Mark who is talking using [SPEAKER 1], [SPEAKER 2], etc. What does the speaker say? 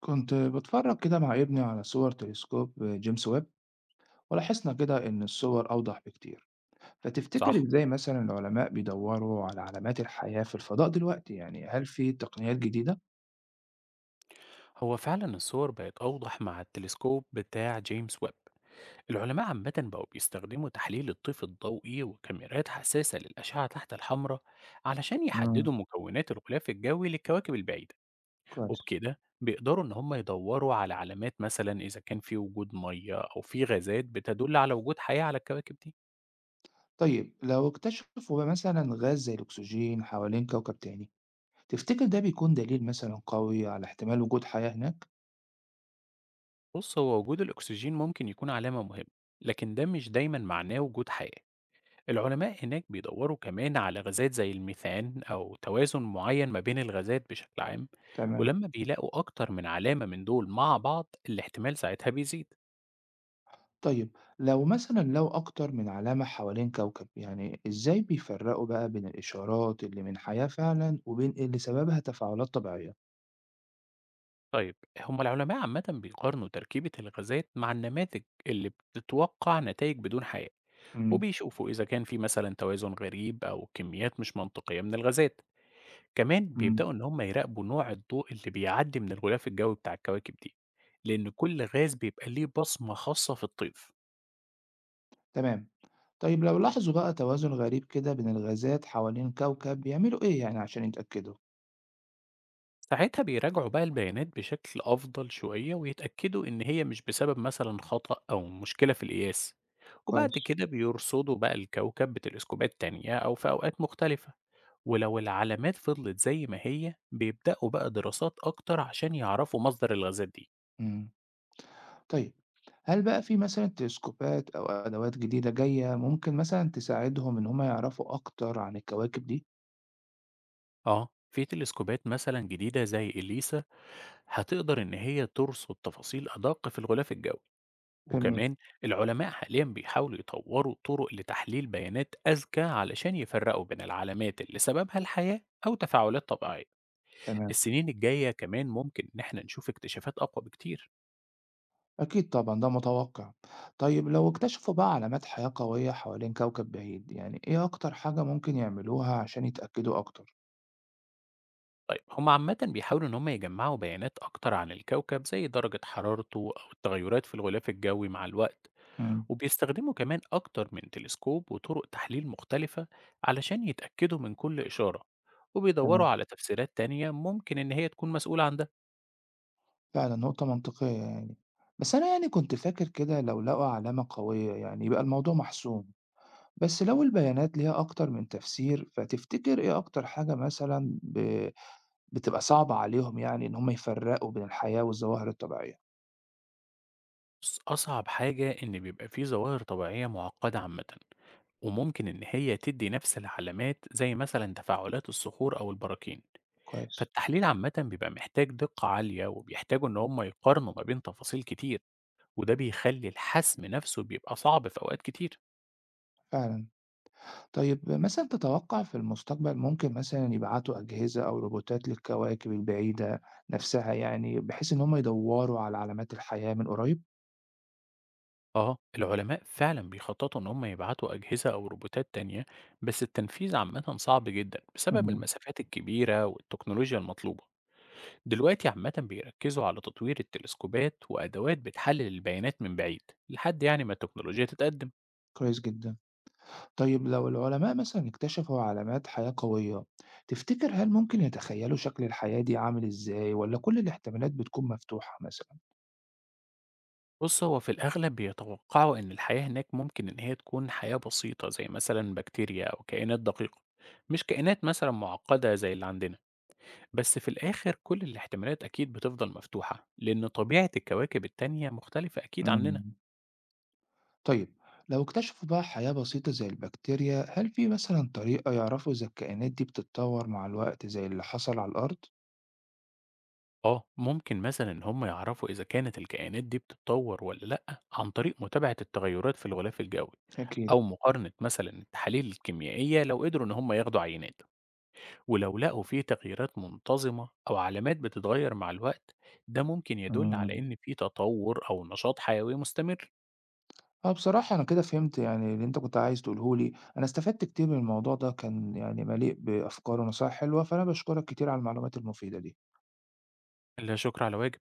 [SPEAKER 1] كنت بتفرج كده مع ابني على صور تلسكوب جيمس ويب، ولاحظنا كده إن الصور أوضح بكتير. فتفتكر
[SPEAKER 2] صح.
[SPEAKER 1] إزاي مثلا العلماء بيدوروا على علامات الحياة في الفضاء دلوقتي، يعني هل في تقنيات جديدة؟
[SPEAKER 2] هو فعلا الصور بقت أوضح مع التلسكوب بتاع جيمس ويب. العلماء عامة بقوا بيستخدموا تحليل الطيف الضوئي وكاميرات حساسة للأشعة تحت الحمراء علشان
[SPEAKER 1] امم
[SPEAKER 2] يحددوا مكونات الغلاف الجوي للكواكب البعيدة.
[SPEAKER 1] كويس.
[SPEAKER 2] وبكده بيقدروا إن هم يدوروا على علامات، مثلا إذا كان في وجود مية أو في غازات بتدل على وجود حياة على الكواكب دي.
[SPEAKER 1] طيب لو اكتشفوا مثلا غاز زي الأكسجين حوالين كوكب تاني، تفتكر ده بيكون دليل مثلا قوي على احتمال وجود حياة هناك؟
[SPEAKER 2] بص، هو وجود الأكسجين ممكن يكون علامة مهمة، لكن ده مش دايما معناه وجود حياة. العلماء هناك بيدوروا كمان على غازات زي الميثان أو توازن معين ما بين الغازات بشكل عام.
[SPEAKER 1] تمام.
[SPEAKER 2] ولما بيلاقوا أكتر من علامة من دول مع بعض، الاحتمال ساعتها بيزيد.
[SPEAKER 1] طيب لو مثلًا لو أكتر من علامة حوالين كوكب، يعني إزاي بيفرقوا بقى بين الإشارات اللي من حياة فعلًا وبين اللي سببها تفاعلات طبيعية؟
[SPEAKER 2] طيب، هم العلماء عامة بيقارنوا تركيبة الغازات مع النماذج اللي بتتوقع نتائج بدون حياة،
[SPEAKER 1] إمم،
[SPEAKER 2] وبيشوفوا إذا كان في مثلا توازن غريب أو كميات مش منطقية من الغازات. كمان
[SPEAKER 1] إمم،
[SPEAKER 2] بيبدأوا إن هم يراقبوا نوع الضوء اللي بيعدي من الغلاف الجوي بتاع الكواكب دي، لأن كل غاز بيبقى ليه بصمة خاصة في الطيف.
[SPEAKER 1] تمام. طيب لو لاحظوا بقى توازن غريب كده بين الغازات حوالين كوكب بيعملوا إيه يعني عشان يتأكدوا؟
[SPEAKER 2] ساعتها بيراجعوا بقى البيانات بشكل أفضل شوية ويتأكدوا إن هي مش بسبب مثلا خطأ أو مشكلة في القياس. وبعد
[SPEAKER 1] كويس.
[SPEAKER 2] كده بيرصدوا بقى الكوكب بتلسكوبات تانية أو في أوقات مختلفة، ولو العلامات فضلت زي ما هي بيبدأوا بقى دراسات أكتر عشان يعرفوا مصدر الغازات دي.
[SPEAKER 1] إمم، طيب هل بقى في مثلًا تلسكوبات أو أدوات جديدة جاية ممكن مثلًا تساعدهم إن هم يعرفوا أكتر عن الكواكب دي؟
[SPEAKER 2] آه، في تلسكوبات مثلا جديدة زي إليسا هتقدر إن هي ترصد تفاصيل أدق في الغلاف الجوي.
[SPEAKER 1] جميل.
[SPEAKER 2] وكمان العلماء حاليا بيحاولوا يطوروا طرق لتحليل بيانات أذكى علشان يفرقوا بين العلامات اللي سببها الحياة أو تفاعلات طبيعية.
[SPEAKER 1] تمام.
[SPEAKER 2] السنين الجاية كمان ممكن إن احنا نشوف اكتشافات أقوى بكتير.
[SPEAKER 1] أكيد طبعًا، ده متوقّع. طيب لو اكتشفوا بقى علامات حياة قوية حوالين كوكب بعيد، يعني إيه أكتر حاجة ممكن يعملوها عشان يتأكدوا أكتر؟
[SPEAKER 2] طيب، هم عامة بيحاولوا إن هم يجمعوا بيانات أكتر عن الكوكب زي درجة حرارته أو التغيرات في الغلاف الجوي مع الوقت.
[SPEAKER 1] إمم،
[SPEAKER 2] وبيستخدموا كمان أكتر من تلسكوب وطرق تحليل مختلفة علشان يتأكدوا من كل إشارة، وبيدوروا
[SPEAKER 1] تمام،
[SPEAKER 2] على تفسيرات تانية ممكن إن هي تكون مسؤولة عن ده.
[SPEAKER 1] فعلًا نقطة منطقية يعني. بس أنا يعني كنت فاكر كده لو لقوا علامة قوية يعني يبقى الموضوع محسوم، بس لو البيانات ليها أكتر من تفسير، فتفتكر إيه أكتر حاجة مثلًا بتبقى صعبة عليهم يعني إن هم يفرّقوا بين الحياة والظواهر الطبيعية؟
[SPEAKER 2] بُص، أصعب حاجة إن بيبقى في ظواهر طبيعية معقدة عامةً، وممكن إن هي تدّي نفس العلامات زي مثلًا تفاعلات الصخور أو البراكين،
[SPEAKER 1] كويس،
[SPEAKER 2] فالتحليل عامةً بيبقى محتاج دقة عالية، وبيحتاجوا إن هم يقارنوا ما بين تفاصيل كتير، وده بيخلّي الحسم نفسه بيبقى صعب في أوقات كتير.
[SPEAKER 1] فعلًا. طيب مثلًا تتوقع في المستقبل ممكن مثلًا يبعتوا أجهزة أو روبوتات للكواكب البعيدة نفسها يعني، بحيث إن هم يدوّروا على علامات الحياة من قريب؟
[SPEAKER 2] آه، العلماء فعلًا بيخططوا إن هم يبعتوا أجهزة أو روبوتات تانية، بس التنفيذ عامةً صعب جدًا بسبب
[SPEAKER 1] إمم،
[SPEAKER 2] المسافات الكبيرة والتكنولوجيا المطلوبة. دلوقتي عامة بيركزوا على تطوير التلسكوبات وأدوات بتحلل البيانات من بعيد لحد يعني ما التكنولوجيا تتقدم.
[SPEAKER 1] كويس جدًا. طيب لو العلماء مثلًا اكتشفوا علامات حياة قوية، تفتكر هل ممكن يتخيلوا شكل الحياة دي عامل إزاي والّا كل الاحتمالات بتكون مفتوحة مثلًا؟
[SPEAKER 2] بص، هو في الأغلب بيتوقعوا إن الحياة هناك ممكن إن هي تكون حياة بسيطة زي مثلا بكتيريا أو كائنات دقيقة، مش كائنات مثلا معقدة زي اللي عندنا. بس في الآخر كل الاحتمالات أكيد بتفضل مفتوحة لأن طبيعة الكواكب التانية مختلفة أكيد عننا.
[SPEAKER 1] إمم، طيب لو اكتشفوا بقى حياة بسيطة زي البكتيريا، هل في مثلًا طريقة يعرفوا إذا الكائنات دي بتتطور مع الوقت زي اللي حصل على الأرض؟
[SPEAKER 2] آه، ممكن مثلًا إن هم يعرفوا إذا كانت الكائنات دي بتتطور والّا لأ عن طريق متابعة التغيرات في الغلاف الجوي،
[SPEAKER 1] أكيد.
[SPEAKER 2] أو مقارنة مثلًا التحاليل الكيميائية لو قدروا إن هم ياخدوا عينات. ولو لقوا في تغييرات منتظمة أو علامات بتتغير مع الوقت، ده ممكن يدل على
[SPEAKER 1] إمم.
[SPEAKER 2] إن في تطور أو نشاط حيوي مستمر.
[SPEAKER 1] آه، بصراحة أنا كده فهمت يعني اللي أنت كنت عايز تقوله لي، أنا استفدت كتير من الموضوع ده، كان يعني مليء بأفكار ونصايح حلوة، فأنا باشكرك كتير على المعلومات المفيدة دي.
[SPEAKER 2] لا شكر على واجب.